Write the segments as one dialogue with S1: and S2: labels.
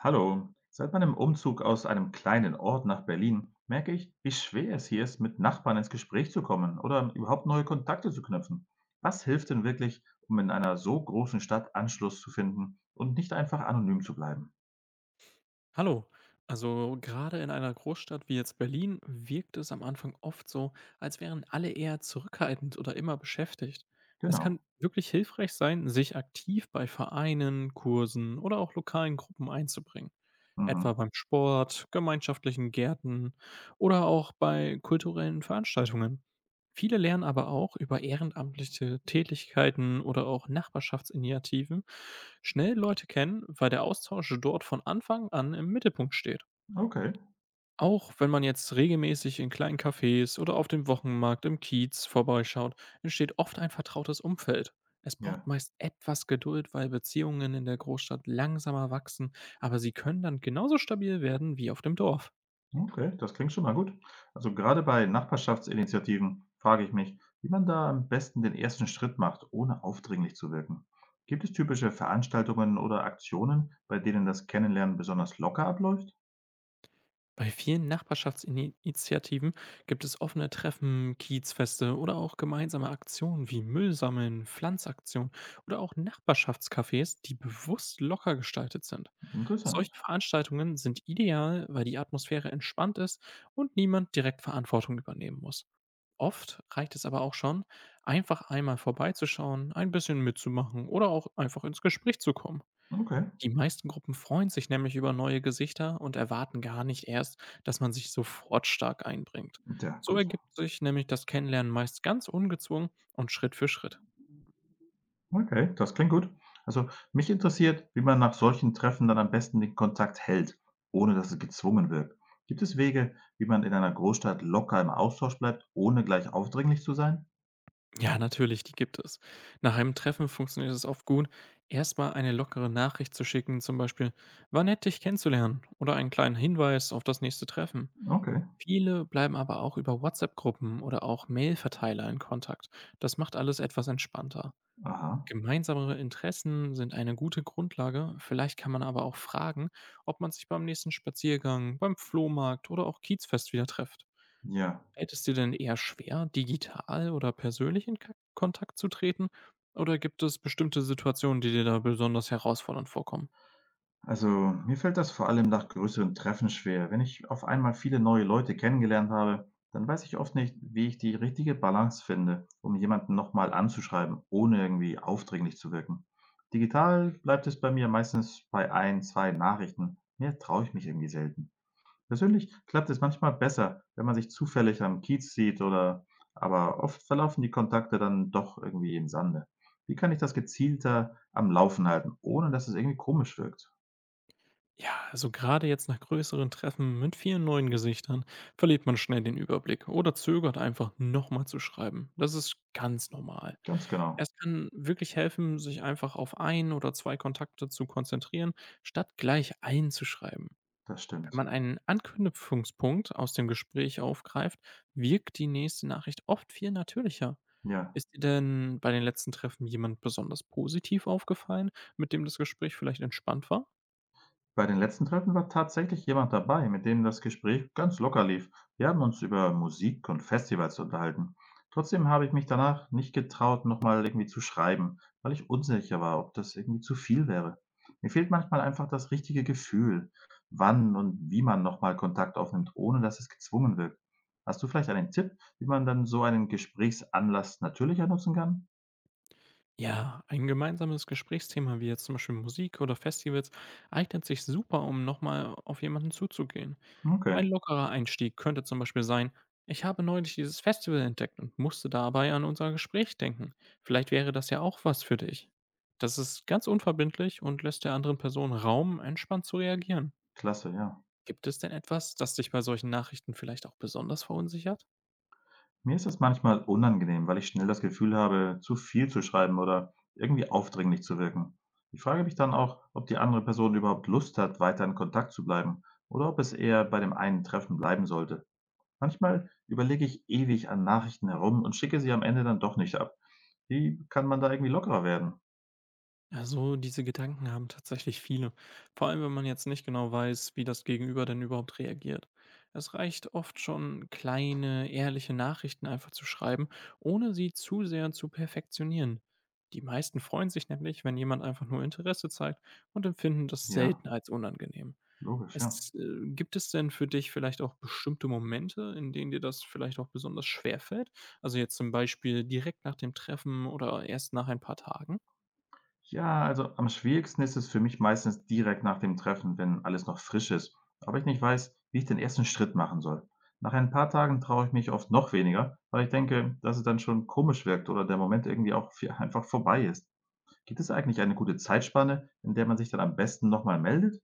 S1: Hallo, seit meinem Umzug aus einem kleinen Ort nach Berlin merke ich, wie schwer es hier ist, mit Nachbarn ins Gespräch zu kommen oder überhaupt neue Kontakte zu knüpfen. Was hilft denn wirklich, um in einer so großen Stadt Anschluss zu finden und nicht einfach anonym zu bleiben?
S2: Hallo. Also gerade in einer Großstadt wie jetzt Berlin wirkt es am Anfang oft so, als wären alle eher zurückhaltend oder immer beschäftigt. Es kann
S1: Genau.
S2: wirklich hilfreich sein, sich aktiv bei Vereinen, Kursen oder auch lokalen Gruppen einzubringen.
S1: Mhm.
S2: Etwa beim Sport, gemeinschaftlichen Gärten oder auch bei kulturellen Veranstaltungen. Viele lernen aber auch über ehrenamtliche Tätigkeiten oder auch Nachbarschaftsinitiativen schnell Leute kennen, weil der Austausch dort von Anfang an im Mittelpunkt steht.
S1: Okay.
S2: Auch wenn man jetzt regelmäßig in kleinen Cafés oder auf dem Wochenmarkt im Kiez vorbeischaut, entsteht oft ein vertrautes Umfeld. Es braucht
S1: Ja.
S2: meist etwas Geduld, weil Beziehungen in der Großstadt langsamer wachsen, aber sie können dann genauso stabil werden wie auf dem Dorf.
S1: Okay, das klingt schon mal gut. Also gerade bei Nachbarschaftsinitiativen frage ich mich, wie man da am besten den ersten Schritt macht, ohne aufdringlich zu wirken. Gibt es typische Veranstaltungen oder Aktionen, bei denen das Kennenlernen besonders locker abläuft?
S2: Bei vielen Nachbarschaftsinitiativen gibt es offene Treffen, Kiezfeste oder auch gemeinsame Aktionen wie Müllsammeln, Pflanzaktionen oder auch Nachbarschaftscafés, die bewusst locker gestaltet sind.
S1: Interessant.
S2: Solche Veranstaltungen sind ideal, weil die Atmosphäre entspannt ist und niemand direkt Verantwortung übernehmen muss. Oft reicht es aber auch schon, einfach einmal vorbeizuschauen, ein bisschen mitzumachen oder auch einfach ins Gespräch zu kommen.
S1: Okay.
S2: Die meisten Gruppen freuen sich nämlich über neue Gesichter und erwarten gar nicht erst, dass man sich sofort stark einbringt.
S1: Ja,
S2: So
S1: gut.
S2: ergibt sich nämlich das Kennenlernen meist ganz ungezwungen und Schritt für Schritt.
S1: Okay, das klingt gut. Also mich interessiert, wie man nach solchen Treffen dann am besten den Kontakt hält, ohne dass es gezwungen wirkt. Gibt es Wege, wie man in einer Großstadt locker im Austausch bleibt, ohne gleich aufdringlich zu sein?
S2: Ja, natürlich, die gibt es. Nach einem Treffen funktioniert es oft gut, erstmal eine lockere Nachricht zu schicken, zum Beispiel, war nett, dich kennenzulernen, oder einen kleinen Hinweis auf das nächste Treffen.
S1: Okay.
S2: Viele bleiben aber auch über WhatsApp-Gruppen oder auch Mail-Verteiler in Kontakt. Das macht alles etwas entspannter.
S1: Aha.
S2: Gemeinsame Interessen sind eine gute Grundlage. Vielleicht kann man aber auch fragen, ob man sich beim nächsten Spaziergang, beim Flohmarkt oder auch Kiezfest wieder trifft.
S1: Ja.
S2: Fällt es dir denn eher schwer, digital oder persönlich in Kontakt zu treten? Oder gibt es bestimmte Situationen, die dir da besonders herausfordernd vorkommen?
S1: Also, mir fällt das vor allem nach größeren Treffen schwer. Wenn ich auf einmal viele neue Leute kennengelernt habe, dann weiß ich oft nicht, wie ich die richtige Balance finde, um jemanden nochmal anzuschreiben, ohne irgendwie aufdringlich zu wirken. Digital bleibt es bei mir meistens bei ein, zwei Nachrichten. Mehr traue ich mich irgendwie selten. Persönlich klappt es manchmal besser, wenn man sich zufällig am Kiez sieht oder, aber oft verlaufen die Kontakte dann doch irgendwie im Sande. Wie kann ich das gezielter am Laufen halten, ohne dass es irgendwie komisch wirkt?
S2: Ja, also gerade jetzt nach größeren Treffen mit vielen neuen Gesichtern verliert man schnell den Überblick oder zögert einfach nochmal zu schreiben. Das ist ganz normal.
S1: Ganz genau,
S2: Es kann wirklich helfen, sich einfach auf ein oder 2 Kontakte zu konzentrieren, statt gleich einzuschreiben.
S1: das
S2: Wenn
S1: stimmt.
S2: man einen Anknüpfungspunkt aus dem Gespräch aufgreift, wirkt die nächste Nachricht oft viel natürlicher.
S1: Ja.
S2: Ist dir denn bei den letzten Treffen jemand besonders positiv aufgefallen, mit dem das Gespräch vielleicht entspannt war?
S1: Bei den letzten Treffen war tatsächlich jemand dabei, mit dem das Gespräch ganz locker lief. Wir haben uns über Musik und Festivals unterhalten. Trotzdem habe ich mich danach nicht getraut, nochmal irgendwie zu schreiben, weil ich unsicher war, ob das irgendwie zu viel wäre. Mir fehlt manchmal einfach das richtige Gefühl, wann und wie man nochmal Kontakt aufnimmt, ohne dass es gezwungen wirkt. Hast du vielleicht einen Tipp, wie man dann so einen Gesprächsanlass natürlicher nutzen kann?
S2: Ja, ein gemeinsames Gesprächsthema wie jetzt zum Beispiel Musik oder Festivals eignet sich super, um nochmal auf jemanden zuzugehen.
S1: Okay,
S2: Ein lockerer Einstieg könnte zum Beispiel sein, ich habe neulich dieses Festival entdeckt und musste dabei an unser Gespräch denken. Vielleicht wäre das ja auch was für dich. Das ist ganz unverbindlich und lässt der anderen Person Raum, entspannt zu reagieren.
S1: klasse, ja.
S2: Gibt es denn etwas, das dich bei solchen Nachrichten vielleicht auch besonders verunsichert?
S1: Mir ist es manchmal unangenehm, weil ich schnell das Gefühl habe, zu viel zu schreiben oder irgendwie aufdringlich zu wirken. Ich frage mich dann auch, ob die andere Person überhaupt Lust hat, weiter in Kontakt zu bleiben oder ob es eher bei dem einen Treffen bleiben sollte. Manchmal überlege ich ewig an Nachrichten herum und schicke sie am Ende dann doch nicht ab. Wie kann man da irgendwie lockerer werden?
S2: Also diese Gedanken haben tatsächlich viele, vor allem wenn man jetzt nicht genau weiß, wie das Gegenüber denn überhaupt reagiert. Es reicht oft schon, kleine, ehrliche Nachrichten einfach zu schreiben, ohne sie zu sehr zu perfektionieren. Die meisten freuen sich nämlich, wenn jemand einfach nur Interesse zeigt und empfinden das selten
S1: Ja,
S2: als unangenehm.
S1: logisch, ja.
S2: Gibt es denn für dich vielleicht auch bestimmte Momente, in denen dir das vielleicht auch besonders schwer fällt? Also jetzt zum Beispiel direkt nach dem Treffen oder erst nach ein paar Tagen?
S1: Ja, also am schwierigsten ist es für mich meistens direkt nach dem Treffen, wenn alles noch frisch ist, aber ich nicht weiß, wie ich den ersten Schritt machen soll. Nach ein paar Tagen traue ich mich oft noch weniger, weil ich denke, dass es dann schon komisch wirkt oder der Moment irgendwie auch viel- einfach vorbei ist. Gibt es eigentlich eine gute Zeitspanne, in der man sich dann am besten nochmal meldet?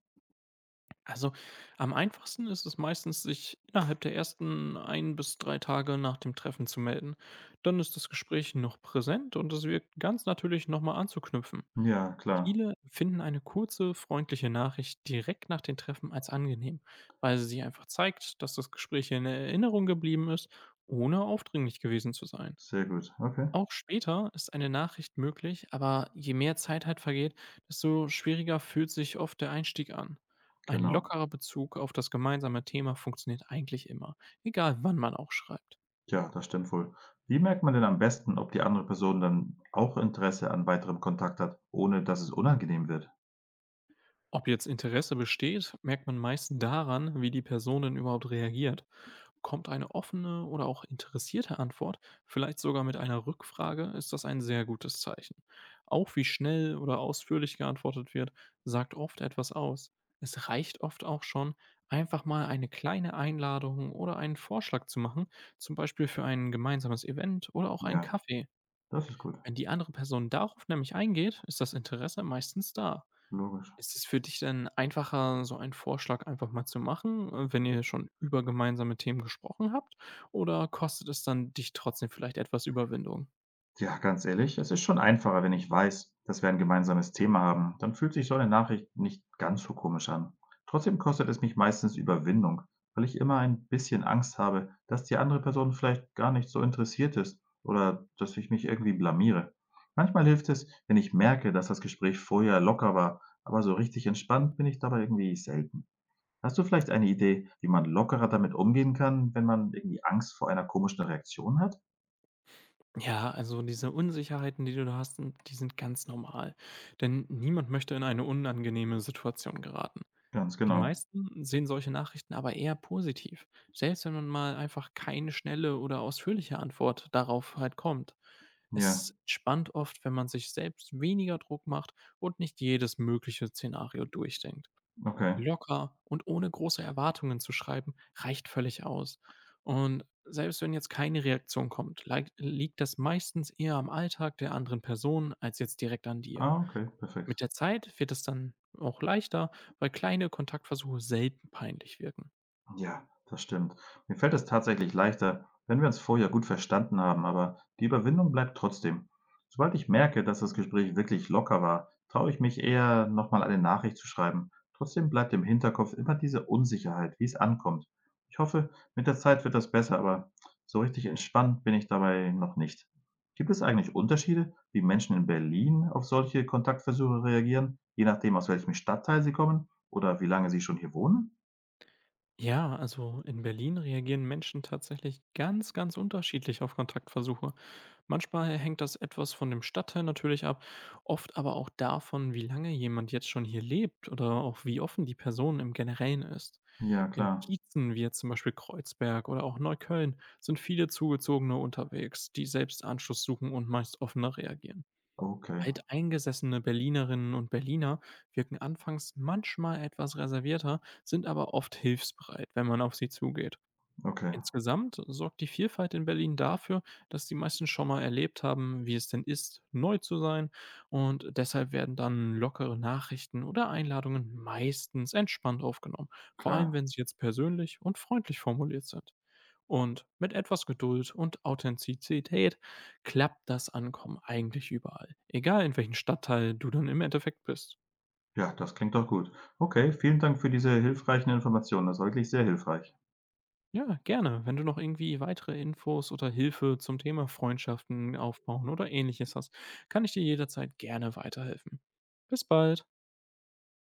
S2: Also, am einfachsten ist es meistens, sich innerhalb der ersten ein bis 3 Tage nach dem Treffen zu melden. Dann ist das Gespräch noch präsent und es wirkt ganz natürlich, nochmal anzuknüpfen.
S1: Ja, klar.
S2: Viele empfinden eine kurze, freundliche Nachricht direkt nach den Treffen als angenehm, weil sie einfach zeigt, dass das Gespräch in Erinnerung geblieben ist, ohne aufdringlich gewesen zu sein.
S1: Sehr gut. Okay,
S2: Auch später ist eine Nachricht möglich, aber je mehr Zeit halt vergeht, desto schwieriger fühlt sich oft der Einstieg an. Ein
S1: genau.
S2: lockerer Bezug auf das gemeinsame Thema funktioniert eigentlich immer, egal wann man auch schreibt.
S1: Ja, das stimmt wohl. Wie merkt man denn am besten, ob die andere Person dann auch Interesse an weiterem Kontakt hat, ohne dass es unangenehm wird?
S2: Ob jetzt Interesse besteht, merkt man meist daran, wie die Person denn überhaupt reagiert. Kommt eine offene oder auch interessierte Antwort, vielleicht sogar mit einer Rückfrage, ist das ein sehr gutes Zeichen. Auch wie schnell oder ausführlich geantwortet wird, sagt oft etwas aus. Es reicht oft auch schon, einfach mal eine kleine Einladung oder einen Vorschlag zu machen, zum Beispiel für ein gemeinsames Event oder auch einen
S1: Ja,
S2: Kaffee.
S1: das ist gut.
S2: Wenn die andere Person darauf nämlich eingeht, ist das Interesse meistens da.
S1: Logisch.
S2: Ist es für dich denn einfacher, so einen Vorschlag einfach mal zu machen, wenn ihr schon über gemeinsame Themen gesprochen habt? Oder kostet es dann dich trotzdem vielleicht etwas Überwindung?
S1: Ja, ganz ehrlich, es ist schon einfacher, wenn ich weiß, dass wir ein gemeinsames Thema haben. Dann fühlt sich so eine Nachricht nicht ganz so komisch an. Trotzdem kostet es mich meistens Überwindung, weil ich immer ein bisschen Angst habe, dass die andere Person vielleicht gar nicht so interessiert ist oder dass ich mich irgendwie blamiere. Manchmal hilft es, wenn ich merke, dass das Gespräch vorher locker war, aber so richtig entspannt bin ich dabei irgendwie selten. Hast du vielleicht eine Idee, wie man lockerer damit umgehen kann, wenn man irgendwie Angst vor einer komischen Reaktion hat?
S2: Ja, also diese Unsicherheiten, die du da hast, die sind ganz normal. Denn niemand möchte in eine unangenehme Situation geraten.
S1: Ganz
S2: Die
S1: genau.
S2: meisten sehen solche Nachrichten aber eher positiv, selbst wenn man mal einfach keine schnelle oder ausführliche Antwort darauf halt kommt.
S1: Ja.
S2: Es entspannt oft, wenn man sich selbst weniger Druck macht und nicht jedes mögliche Szenario durchdenkt.
S1: Okay.
S2: Locker und ohne große Erwartungen zu schreiben, reicht völlig aus. Und selbst wenn jetzt keine Reaktion kommt, liegt das meistens eher am Alltag der anderen Person als jetzt direkt an dir.
S1: Ah, okay, perfekt.
S2: Mit der Zeit wird es dann auch leichter, weil kleine Kontaktversuche selten peinlich wirken.
S1: Ja, das stimmt. Mir fällt es tatsächlich leichter, wenn wir uns vorher gut verstanden haben, aber die Überwindung bleibt trotzdem. Sobald ich merke, dass das Gespräch wirklich locker war, traue ich mich eher, nochmal eine Nachricht zu schreiben. Trotzdem bleibt im Hinterkopf immer diese Unsicherheit, wie es ankommt. Ich hoffe, mit der Zeit wird das besser, aber so richtig entspannt bin ich dabei noch nicht. Gibt es eigentlich Unterschiede, wie Menschen in Berlin auf solche Kontaktversuche reagieren, je nachdem, aus welchem Stadtteil sie kommen oder wie lange sie schon hier wohnen?
S2: Ja, also in Berlin reagieren Menschen tatsächlich ganz, ganz unterschiedlich auf Kontaktversuche. Manchmal hängt das etwas von dem Stadtteil natürlich ab, oft aber auch davon, wie lange jemand jetzt schon hier lebt oder auch wie offen die Person im Generellen ist.
S1: Ja,
S2: In
S1: klar.
S2: Kiezen wie jetzt zum Beispiel Kreuzberg oder auch Neukölln sind viele Zugezogene unterwegs, die selbst Anschluss suchen und meist offener reagieren.
S1: Okay,
S2: Alteingesessene Berlinerinnen und Berliner wirken anfangs manchmal etwas reservierter, sind aber oft hilfsbereit, wenn man auf sie zugeht.
S1: okay,
S2: Insgesamt sorgt die Vielfalt in Berlin dafür, dass die meisten schon mal erlebt haben, wie es denn ist, neu zu sein. Und deshalb werden dann lockere Nachrichten oder Einladungen meistens entspannt aufgenommen. Vor allem,
S1: klar.
S2: wenn sie jetzt persönlich und freundlich formuliert sind. Und mit etwas Geduld und Authentizität klappt das Ankommen eigentlich überall. Egal in welchem Stadtteil du dann im Endeffekt bist.
S1: Ja, das klingt doch gut. Okay, vielen Dank für diese hilfreichen Informationen. Das war wirklich sehr hilfreich.
S2: Ja, gerne. Wenn du noch irgendwie weitere Infos oder Hilfe zum Thema Freundschaften aufbauen oder ähnliches hast, kann ich dir jederzeit gerne weiterhelfen. Bis bald.